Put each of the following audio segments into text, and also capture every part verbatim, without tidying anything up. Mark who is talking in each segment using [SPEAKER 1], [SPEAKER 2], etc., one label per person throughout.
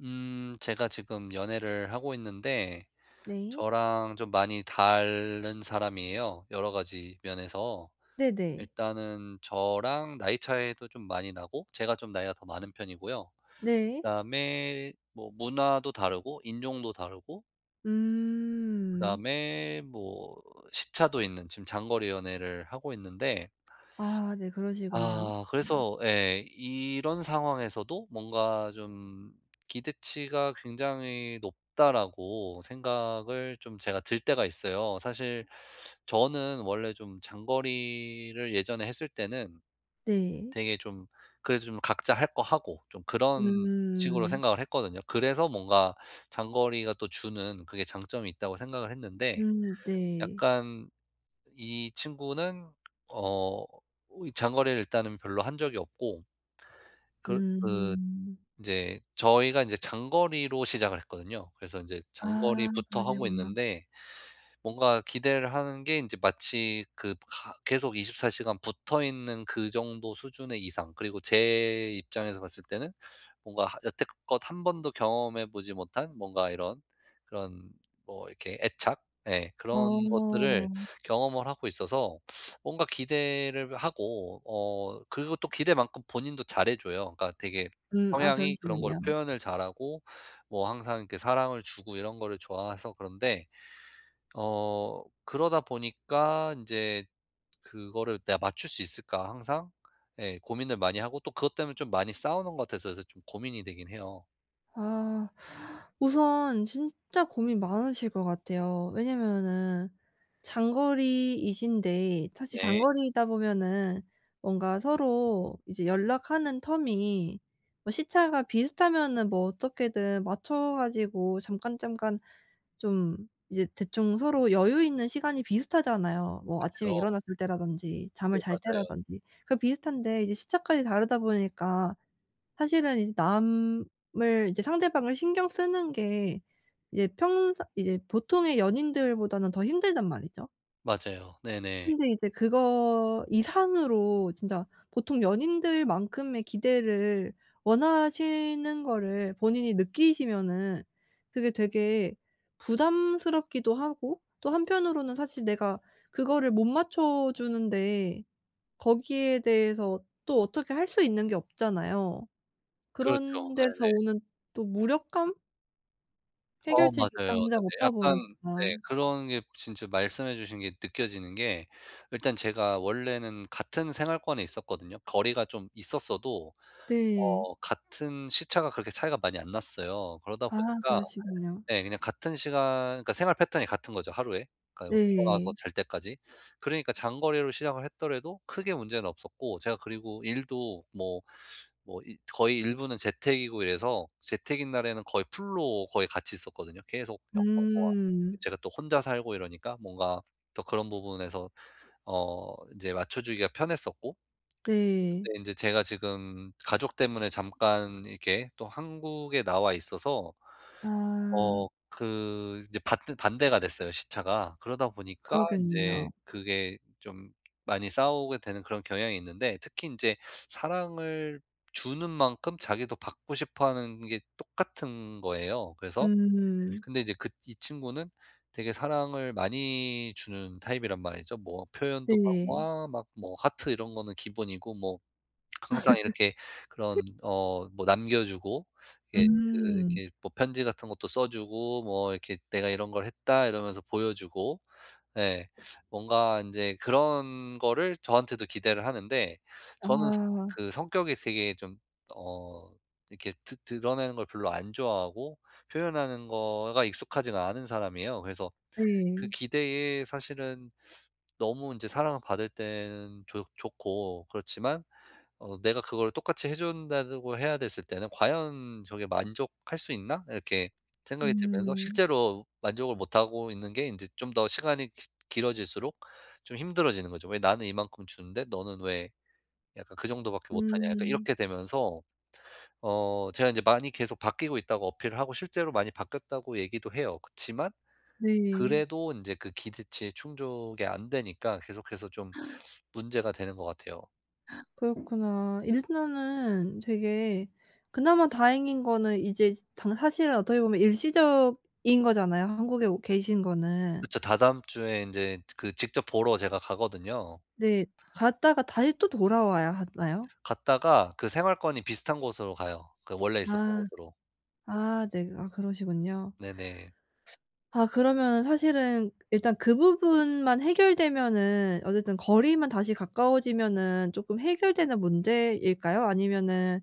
[SPEAKER 1] 음 제가 지금 연애를 하고 있는데
[SPEAKER 2] 네.
[SPEAKER 1] 저랑 좀 많이 다른 사람이에요, 여러 가지 면에서.
[SPEAKER 2] 네네.
[SPEAKER 1] 일단은 저랑 나이 차이도 좀 많이 나고 제가 좀 나이가 더 많은 편이고요.
[SPEAKER 2] 네.
[SPEAKER 1] 그다음에 뭐 문화도 다르고 인종도 다르고
[SPEAKER 2] 음.
[SPEAKER 1] 그다음에 뭐 시차도 있는 지금 장거리 연애를 하고 있는데,
[SPEAKER 2] 아, 네, 그러시군요.
[SPEAKER 1] 아 그래서 예 이런 상황에서도 뭔가 좀 기대치가 굉장히 높다라고 생각을 좀 제가 들 때가 있어요, 사실. 저는 원래 좀 장거리를 예전에 했을 때는
[SPEAKER 2] 네.
[SPEAKER 1] 되게 좀, 그래도 좀 각자 할 거 하고 좀 그런 식으로
[SPEAKER 2] 음.
[SPEAKER 1] 생각을 했거든요. 그래서 뭔가 장거리가 또 주는 그게 장점이 있다고 생각을 했는데,
[SPEAKER 2] 음, 네.
[SPEAKER 1] 약간 이 친구는 어 이 장거리를 일단은 별로 한 적이 없고, 그그
[SPEAKER 2] 음.
[SPEAKER 1] 제 저희가 이제 장거리로 시작을 했거든요. 그래서 이제
[SPEAKER 2] 아,
[SPEAKER 1] 장거리부터 하고
[SPEAKER 2] 그러시구나.
[SPEAKER 1] 있는데, 뭔가 기대를 하는 게 이제 마치 그 가 계속 24 시간 붙어 있는 그 정도 수준의 이상, 그리고 제 입장에서 봤을 때는 뭔가 하 여태껏 한 번도 경험해 보지 못한 뭔가 이런 그런 뭐 이렇게 애착, 예 그런 것들을
[SPEAKER 2] 어.
[SPEAKER 1] 경험을 하고 있어서 뭔가 기대를 하고, 어 그리고 또 기대만큼 본인도 잘해 줘요. 그러니까 되게
[SPEAKER 2] 음, 아,
[SPEAKER 1] 성향이 그런 거를
[SPEAKER 2] 그러시군요.
[SPEAKER 1] 표현을 잘하고, 뭐 항상 이렇게 사랑을 주고 이런 거를 좋아해서. 그런데 어 그러다 보니까 이제 그거를 '내가 맞출 수 있을까?' 항상 예 고민을 많이 하고, 또 그것 때문에 좀 많이 싸우는 것 같아서 그래서 좀 고민이 되긴 해요.
[SPEAKER 2] 아. 우선 진짜 고민 많으실 것 같아요. 왜냐면은 장거리이신데 사실
[SPEAKER 1] 네.
[SPEAKER 2] 장거리이다 보면은 뭔가 서로 이제 연락하는 텀이 뭐 시차가 비슷하면은 뭐 어떻게든 맞춰 가지고 잠깐 잠깐 좀 이제 대충 서로 여유 있는 시간이 비슷하잖아요. 뭐 아침에
[SPEAKER 1] 그렇죠.
[SPEAKER 2] 일어났을 때라든지
[SPEAKER 1] 네
[SPEAKER 2] 잠을 잘
[SPEAKER 1] 맞아요.
[SPEAKER 2] 때라든지. 그 비슷한데 이제 시차까지 다르다 보니까 사실은 이제 남을 이제 상대방을 신경 쓰는 게 이제 평사 이제 보통의 연인들보다는 더 힘들단 말이죠.
[SPEAKER 1] 맞아요. 네네.
[SPEAKER 2] 근데 이제 그거 이상으로 진짜 보통 연인들만큼의 기대를 원하시는 거를 본인이 느끼시면은 그게 되게 부담스럽기도 하고 또 한편으로는 사실 내가 그거를 못 맞춰 주는데 거기에 대해서 또 어떻게 할 수 있는 게 없잖아요.
[SPEAKER 1] 그렇죠.
[SPEAKER 2] 그런 데서
[SPEAKER 1] 네네.
[SPEAKER 2] 오는 또 무력감?
[SPEAKER 1] 어 맞아요.
[SPEAKER 2] 해결책이 당장
[SPEAKER 1] 네네.
[SPEAKER 2] 없다
[SPEAKER 1] 약간
[SPEAKER 2] 보니까.
[SPEAKER 1] 네 그런 게 진짜 말씀해 주신 게 느껴지는 게, 일단 제가 원래는 같은 생활권에 있었거든요. 거리가 좀 있었어도
[SPEAKER 2] 네.
[SPEAKER 1] 어 같은 시차가 그렇게 차이가 많이 안 났어요. 그러다
[SPEAKER 2] 아,
[SPEAKER 1] 보니까
[SPEAKER 2] 그러시군요.
[SPEAKER 1] 네, 그냥 같은 시간, 그러니까 생활 패턴이 같은 거죠, 하루에. 그러니까 뭐 일어나서
[SPEAKER 2] 네.
[SPEAKER 1] 잘 때까지. 그러니까 장거리로 시작을 했더라도 크게 문제는 없었고, 제가 그리고 일도 뭐 뭐 이 거의 일부는 재택이고, 이래서 재택인 날에는 거의 풀로 거의 같이 있었거든요. 계속 영상 보아,
[SPEAKER 2] 음.
[SPEAKER 1] 제가 또 혼자 살고 이러니까 뭔가 또 그런 부분에서 어 인제 맞춰주기가 편했었고.
[SPEAKER 2] 네.
[SPEAKER 1] 근데 인제 제가 지금 가족 때문에 잠깐 이렇게 또 한국에 나와 있어서
[SPEAKER 2] 아,
[SPEAKER 1] 어 그 이제 반대 반대가 됐어요, 시차가. 그러다 보니까 이제
[SPEAKER 2] 그러겠네요.
[SPEAKER 1] 그게 좀 많이 싸우게 되는 그런 경향이 있는데, 특히 이제 사랑을 주는 만큼 자기도 받고 싶어 하는 게 똑같은 거예요. 그래서
[SPEAKER 2] 음.
[SPEAKER 1] 근데 이제 그 이 친구는 되게 사랑을 많이 주는 타입이란 말이죠. 뭐 표현도 막
[SPEAKER 2] 네.
[SPEAKER 1] 와 막 뭐 하트 이런 거는 기본이고, 뭐 항상 이렇게 그런 어 뭐 남겨 주고, 이렇게 그
[SPEAKER 2] 음.
[SPEAKER 1] 이렇게 뭐 편지 같은 것도 써 주고, 뭐 이렇게 "내가 이런 걸 했다." 이러면서 보여 주고. 예. 뭔가 인제 그런 거를 저한테도 기대를 하는데, 저는 스,
[SPEAKER 2] 아,
[SPEAKER 1] 그 성격이 되게 좀 어 이렇게 드 드러내는 걸 별로 안 좋아하고, 표현하는 거가 익숙하지가 않은 사람이에요. 그래서 그
[SPEAKER 2] 네.
[SPEAKER 1] 기대에 사실은 너무 인제 사랑을 받을 때는 좋 좋고 그렇지만, 어 내가 그걸 똑같이 해 준다고 해야 됐을 때는 '과연 저게 만족할 수 있나?' 이렇게 생각이 들면서,
[SPEAKER 2] 음.
[SPEAKER 1] 실제로 만족을 못하고 있는 게 이제 좀 더 시간이 기 길어질수록 좀 힘들어지는 거죠. '왜 나는 이만큼 주는데 너는 왜 약간 그 정도밖에 못하냐.' 약간
[SPEAKER 2] 음.
[SPEAKER 1] 이렇게 되면서 어 제가 이제 많이 계속 바뀌고 있다고 어필을 하고, 실제로 많이 바뀌었다고 얘기도 해요. 그렇지만
[SPEAKER 2] 네.
[SPEAKER 1] 그래도 이제 그 기대치에 충족이 안 되니까 계속해서 좀 문제가 되는 것 같아요.
[SPEAKER 2] 그렇구나. 일단은 되게 그나마 다행인 거는 이제 당 사실은 어떻게 보면 일시적인 거잖아요, 한국에 오 계신 거는.
[SPEAKER 1] 그쵸. 다다음 주에 인제 그 직접 보러 제가 가거든요.
[SPEAKER 2] 네. 갔다가 다시 또 돌아와야 하나요?
[SPEAKER 1] 갔다가 그 생활권이 비슷한 곳으로 가요, 그 원래 있었던
[SPEAKER 2] 아.
[SPEAKER 1] 곳으로.
[SPEAKER 2] 아, 네. 아, 그러시군요.
[SPEAKER 1] 네네.
[SPEAKER 2] 아, 그러면은 사실은 일단 그 부분만 해결되면은 어쨌든 거리만 다시 가까워지면은 쪼끔 해결되는 문제일까요? 아니면은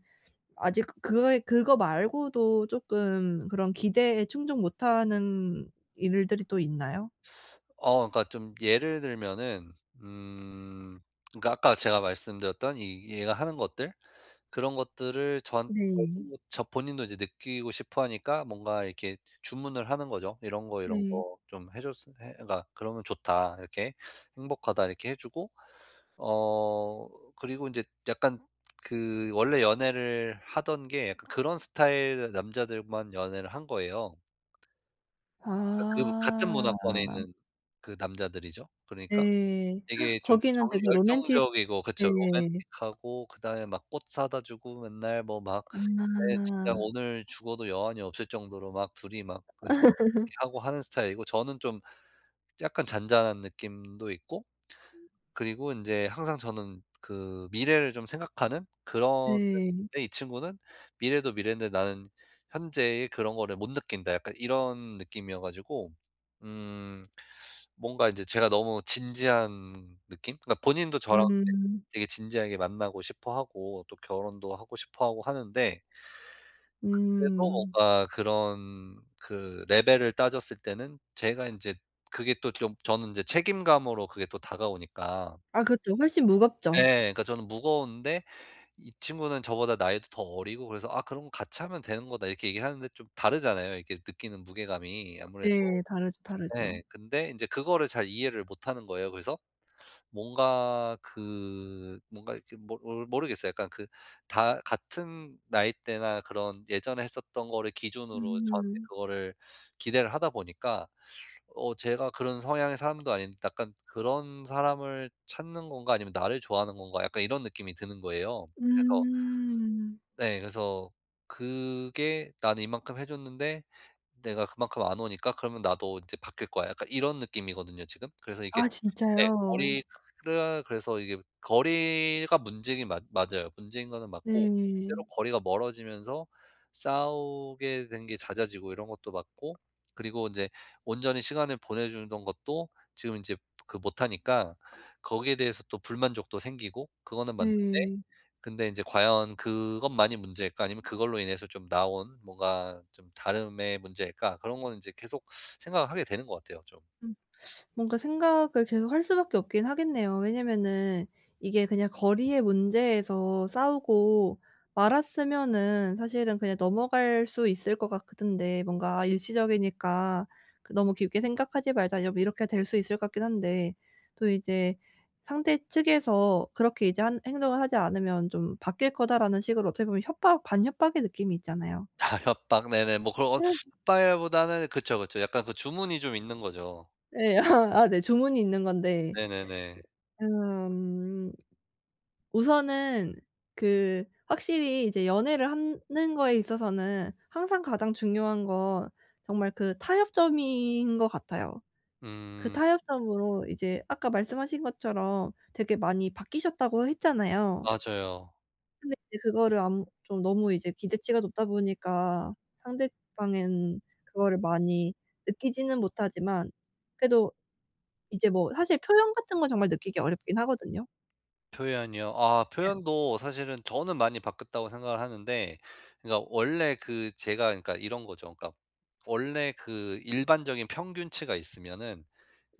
[SPEAKER 2] 아직 그거에 그거 말고도 쪼끔 그런 기대에 충족 못하는 일들이 또 있나요?
[SPEAKER 1] 어 그러니까 좀 예를 들면은, 음 그러니까 아까 제가 말씀드렸던 이 얘가 하는 것들, 그런 것들을 전
[SPEAKER 2] 네.
[SPEAKER 1] 저도 저 본인도 이제 느끼고 싶어 하니까 뭔가 이렇게 주문을 하는 거죠. "이런 거, 이런 거
[SPEAKER 2] 네.
[SPEAKER 1] 좀 해 줬으 해." 그러니까 "그러면 좋다." 이렇게 "행복하다." 이렇게 해 주고. 어 그리고 이제 약간 그 원래 연애를 하던 게 약간 그런 스타일 남자들만 연애를 한 거예요. 그러니까 그 같은 문화권에
[SPEAKER 2] 아.
[SPEAKER 1] 있는 그 남자들이죠. 그러니까
[SPEAKER 2] 네.
[SPEAKER 1] 되게 좀
[SPEAKER 2] 거기는
[SPEAKER 1] 정
[SPEAKER 2] 되게 로맨티스.
[SPEAKER 1] 열정적이고
[SPEAKER 2] 네.
[SPEAKER 1] 그쵸, 로맨틱하고 그다음에 막 꽃 사다 주고 맨날 뭐 막, 네, 진짜
[SPEAKER 2] 아.
[SPEAKER 1] 오늘 죽어도 여한이 없을 정도로 막 둘이 막그 서로 그렇게 하고 하는 스타일이고, 저는 좀 약간 잔잔한 느낌도 있고. 그리고 인제 항상 저는 그 미래를 좀 생각하는 그런 면이
[SPEAKER 2] 네.
[SPEAKER 1] 있는데, 이 친구는 '미래도 미래인데 나는 현재의 그런 거를 못 느낀다.' 약간 이런 느낌이어 가지고, 음 뭔가 이제 제가 너무 진지한 느낌? 그러니까 본인도 저랑 이제
[SPEAKER 2] 음.
[SPEAKER 1] 되게 진지하게 만나고 싶어 하고 또 결혼도 하고 싶어 하고 하는데, 그래도
[SPEAKER 2] 음.
[SPEAKER 1] 뭔가 그런 그 레벨을 따졌을 때는 제가 인제, 그게 또 좀 저는 인제 책임감으로 그게 또 다가오니까.
[SPEAKER 2] 아, 그쵸. 훨씬
[SPEAKER 1] 예.
[SPEAKER 2] 무겁죠.
[SPEAKER 1] 그러니까 저는 무거운데 이 친구는 저보다 나이도 더 어리고 그래서 '아 그런 거 같이 하면 되는 거다.' 이렇게 얘기하는데, 좀 다르잖아요, 이렇게 느끼는 무게감이 아무래도.
[SPEAKER 2] 네. 다르죠,
[SPEAKER 1] 예.
[SPEAKER 2] 다르죠.
[SPEAKER 1] 근데 인제 그거를 잘 이해를 못 하는 거예요. 그래서 뭔가 그 뭔가 이렇게 모 모르 모르겠어요. 약간 그 다 같은 나이대나 그런 예전에 했었던 거를 기준으로 저한테
[SPEAKER 2] 음.
[SPEAKER 1] 그거를 기대를 하다 보니까 어 제가 그런 성향의 사람도 아닌데, 약간 '그런 사람을 찾는 건가? 아니면 나를 좋아하는 건가?' 약간 이런 느낌이 드는 거예요. 그래서
[SPEAKER 2] 음.
[SPEAKER 1] 네 그래서 그게 '나는 이만큼 해 줬는데 내가 그만큼 안 오니까 그러면 나도 이제 바뀔 거야.' 약간 이런 느낌이거든요, 지금. 그래서 이게
[SPEAKER 2] 아,
[SPEAKER 1] 네,
[SPEAKER 2] 진짜요?
[SPEAKER 1] 거리를 그래서 이게 거리가 문제긴 맞 맞아요. 문제인 거는 맞고 실제로
[SPEAKER 2] 네.
[SPEAKER 1] 거리가 멀어지면서 싸우게 된 게 잦아지고 이런 것도 맞고. 그리고 인제 온전히 시간을 보내 주던 것도 지금 인제 그 못 하니까 거기에 대해서 또 불만족도 생기고, 그거는 맞는데
[SPEAKER 2] 네.
[SPEAKER 1] 근데 인제 과연 그것만이 문제일까 아니면 그걸로 인해서 좀 나온 뭔가 좀 다름의 문제일까, 그런 거는 인제 계속 생각을 하게 되는 것 같아요, 좀.
[SPEAKER 2] 음. 뭔가 생각을 계속 할 수밖에 없긴 하겠네요. 왜냐면은 이게 그냥 거리의 문제에서 싸우고 말았으면은 사실은 그냥 넘어갈 수 있을 것 같은데 뭔가 아, 일시적이니까 그 '너무 깊게 생각하지 말자.' 여 이렇게 될 수 있을 것 같긴 한데 또 이제 상대 측에서 그렇게 이제 한 행동을 하지 않으면 좀 '바뀔 거다.'라는 식으로 어떻게 보면 협박 반협박의 느낌이 있잖아요.
[SPEAKER 1] 아 협박 네네. 뭐 그런 어 협박이라기보다는 그쵸, 그쵸. 약간 그 주문이 좀 있는 거죠.
[SPEAKER 2] 네, 아, 네. 주문이 있는 건데.
[SPEAKER 1] 네네네.
[SPEAKER 2] 음. 우선은 그 확실히 이제 연애를 하는 거에 있어서는 항상 가장 중요한 건 정말 그 타협점인 것 같아요. 그
[SPEAKER 1] 음.
[SPEAKER 2] 타협점으로 이제 아까 말씀하신 것처럼 되게 많이 바뀌셨다고 했잖아요.
[SPEAKER 1] 맞아요.
[SPEAKER 2] 근데 이제 그거를 아무 좀 너무 이제 기대치가 높다 보니까 상대방은 그거를 많이 느끼지는 못하지만 그래도 이제 뭐 사실 표현 같은 건 정말 느끼기 어렵긴 하거든요.
[SPEAKER 1] 표현이요? 아
[SPEAKER 2] 네.
[SPEAKER 1] 표현도 사실은 저는 많이 바뀌었다고 생각을 하는데, 그러니까 원래 그 제가, 그러니까 이런 거죠. 그러니까 원래 그 일반적인 평균치가 있으면은,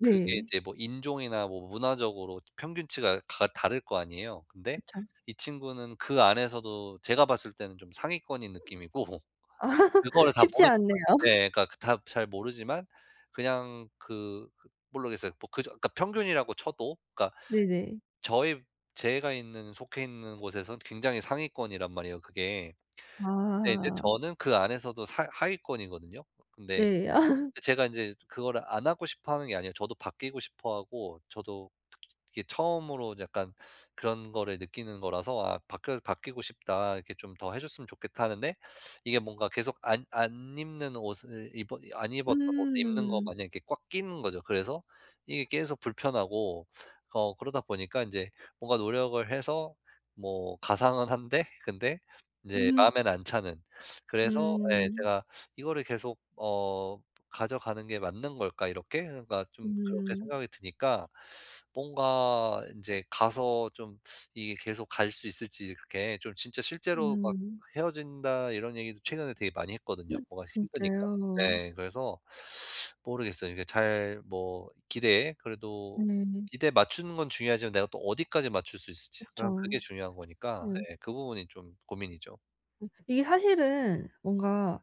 [SPEAKER 1] 그게 이제 뭐 인종이나 뭐 문화적으로 평균치가 가 다를 거 아니에요. 근데
[SPEAKER 2] 그쵸.
[SPEAKER 1] 이 친구는 그 안에서도 제가 봤을 때는 좀 상위권인 느낌이고, 그거를 다
[SPEAKER 2] 쉽지
[SPEAKER 1] 모르지만,
[SPEAKER 2] 않네요.
[SPEAKER 1] 예 그러니까 그 다잘 모르지만 그냥 그 그 모르겠어요. 뭐 그저 그러니까 평균이라고 쳐도, 그러니까
[SPEAKER 2] 네네.
[SPEAKER 1] 저희 제가 있는 속해 있는 곳에선 굉장히 상위권이란 말이에요, 그게. 근데 이제
[SPEAKER 2] 아,
[SPEAKER 1] 저는 그 안에서도 사 하위권이거든요. 근데
[SPEAKER 2] 네. 아,
[SPEAKER 1] 제가 인제 그거를 안 하고 싶어 하는 게 아니에요. 저도 바뀌고 싶어 하고, 저도 이게 처음으로 약간 그런 거를 느끼는 거라서 '아 바뀌어 바뀌고 싶다. 이렇게 좀 더 해 줬으면 좋겠다.' 하는데, 이게 뭔가 계속 안 안 입는 옷을 입어 안 입었던 옷을 입는 거
[SPEAKER 2] 음.
[SPEAKER 1] 마냥 이렇게 꽉 끼는 거죠. 그래서 이게 계속 불편하고 어 그러다 보니까 인제 뭔가 노력을 해서 뭐 가상은 한데 근데 인제
[SPEAKER 2] 음.
[SPEAKER 1] 마음에는 안 차는. 그래서 예
[SPEAKER 2] 음.
[SPEAKER 1] 제가 이거를 계속 어 가져가는 게 맞는 걸까 이렇게? 그러니까 좀 그렇게 생각이 드니까 뭔가 인제 가서 좀 이게 계속 갈 수 있을지 이렇게 좀 진짜 실제로 막
[SPEAKER 2] 음.
[SPEAKER 1] 헤어진다 이런 얘기도 최근에 되게 많이 했거든요,
[SPEAKER 2] 음.
[SPEAKER 1] 뭐가 힘드니까.
[SPEAKER 2] 진짜요?
[SPEAKER 1] 네. 그래서 모르겠어요. 이게 잘 뭐 기대에, 그래도
[SPEAKER 2] 네.
[SPEAKER 1] 기대에 맞추는 건 중요하지만 내가 또 어디까지 맞출 수 있을지 항상 그게
[SPEAKER 2] 그쵸.
[SPEAKER 1] 중요한 거니까,
[SPEAKER 2] 네.
[SPEAKER 1] 예 그 부분이 좀 고민이죠.
[SPEAKER 2] 이게 사실은 뭔가,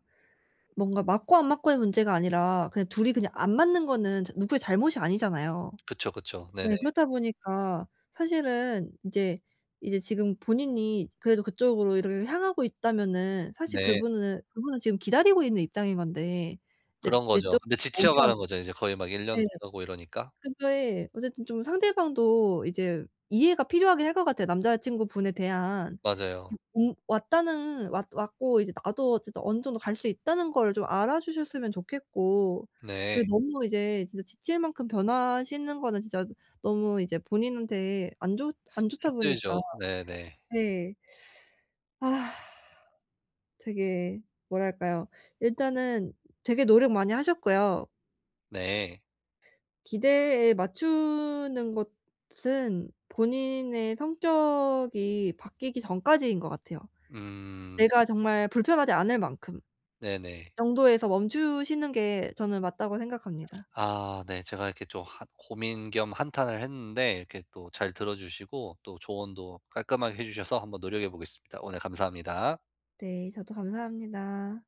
[SPEAKER 2] 뭔가 맞고 안 맞고의 문제가 아니라 그냥 둘이 그냥 안 맞는 거는 자 누구의 잘못이 아니잖아요.
[SPEAKER 1] 그쵸, 그쵸. 네네.
[SPEAKER 2] 네. 그렇다 보니까 사실은 이제 이제 지금 본인이 그래도 그쪽으로 이렇게 향하고 있다면은 사실
[SPEAKER 1] 네.
[SPEAKER 2] 그분은 그분은 지금 기다리고 있는 입장인 건데 내
[SPEAKER 1] 그런
[SPEAKER 2] 내
[SPEAKER 1] 거죠.
[SPEAKER 2] 쪽
[SPEAKER 1] 근데
[SPEAKER 2] 오기만
[SPEAKER 1] 지쳐가는 거죠. 이제 거의 막 일 년
[SPEAKER 2] 예.
[SPEAKER 1] 돼 가고 이러니까.
[SPEAKER 2] 근데 어쨌든 좀 상대방도 이제 이해가 필요하긴 할 것 같아요. 남자 친구분에 대한 이
[SPEAKER 1] 맞아요.
[SPEAKER 2] 온 왔다는 왔 왔고 이제 나도 어쨌든 어느 정도 갈 수 있다는 걸 좀 알아주셨으면 좋겠고 그게
[SPEAKER 1] 네.
[SPEAKER 2] 너무 이제 진짜 지칠 만큼 변하시는 거는 진짜 너무 이제 본인한테 안 좋 안 좋다 보니까
[SPEAKER 1] 힘들죠. 네네.
[SPEAKER 2] 네. 아. 되게 뭐랄까요? 일단은 되게 노력 많이 하셨고요.
[SPEAKER 1] 네.
[SPEAKER 2] 기대에 맞추는 것은 본인의 성격이 바뀌기 전까지인 것 같아요.
[SPEAKER 1] 음.
[SPEAKER 2] 내가 정말 불편하지 않을 만큼
[SPEAKER 1] 네네.
[SPEAKER 2] 정도에서 멈추시는 게 저는 맞다고 생각합니다.
[SPEAKER 1] 아 네. 제가 이렇게 좀 한 고민 겸 한탄을 했는데, 이렇게 또 잘 들어 주시고 또 조언도 깔끔하게 해 주셔서 한번 노력해 보겠습니다. 오늘 감사합니다.
[SPEAKER 2] 네. 저도 감사합니다.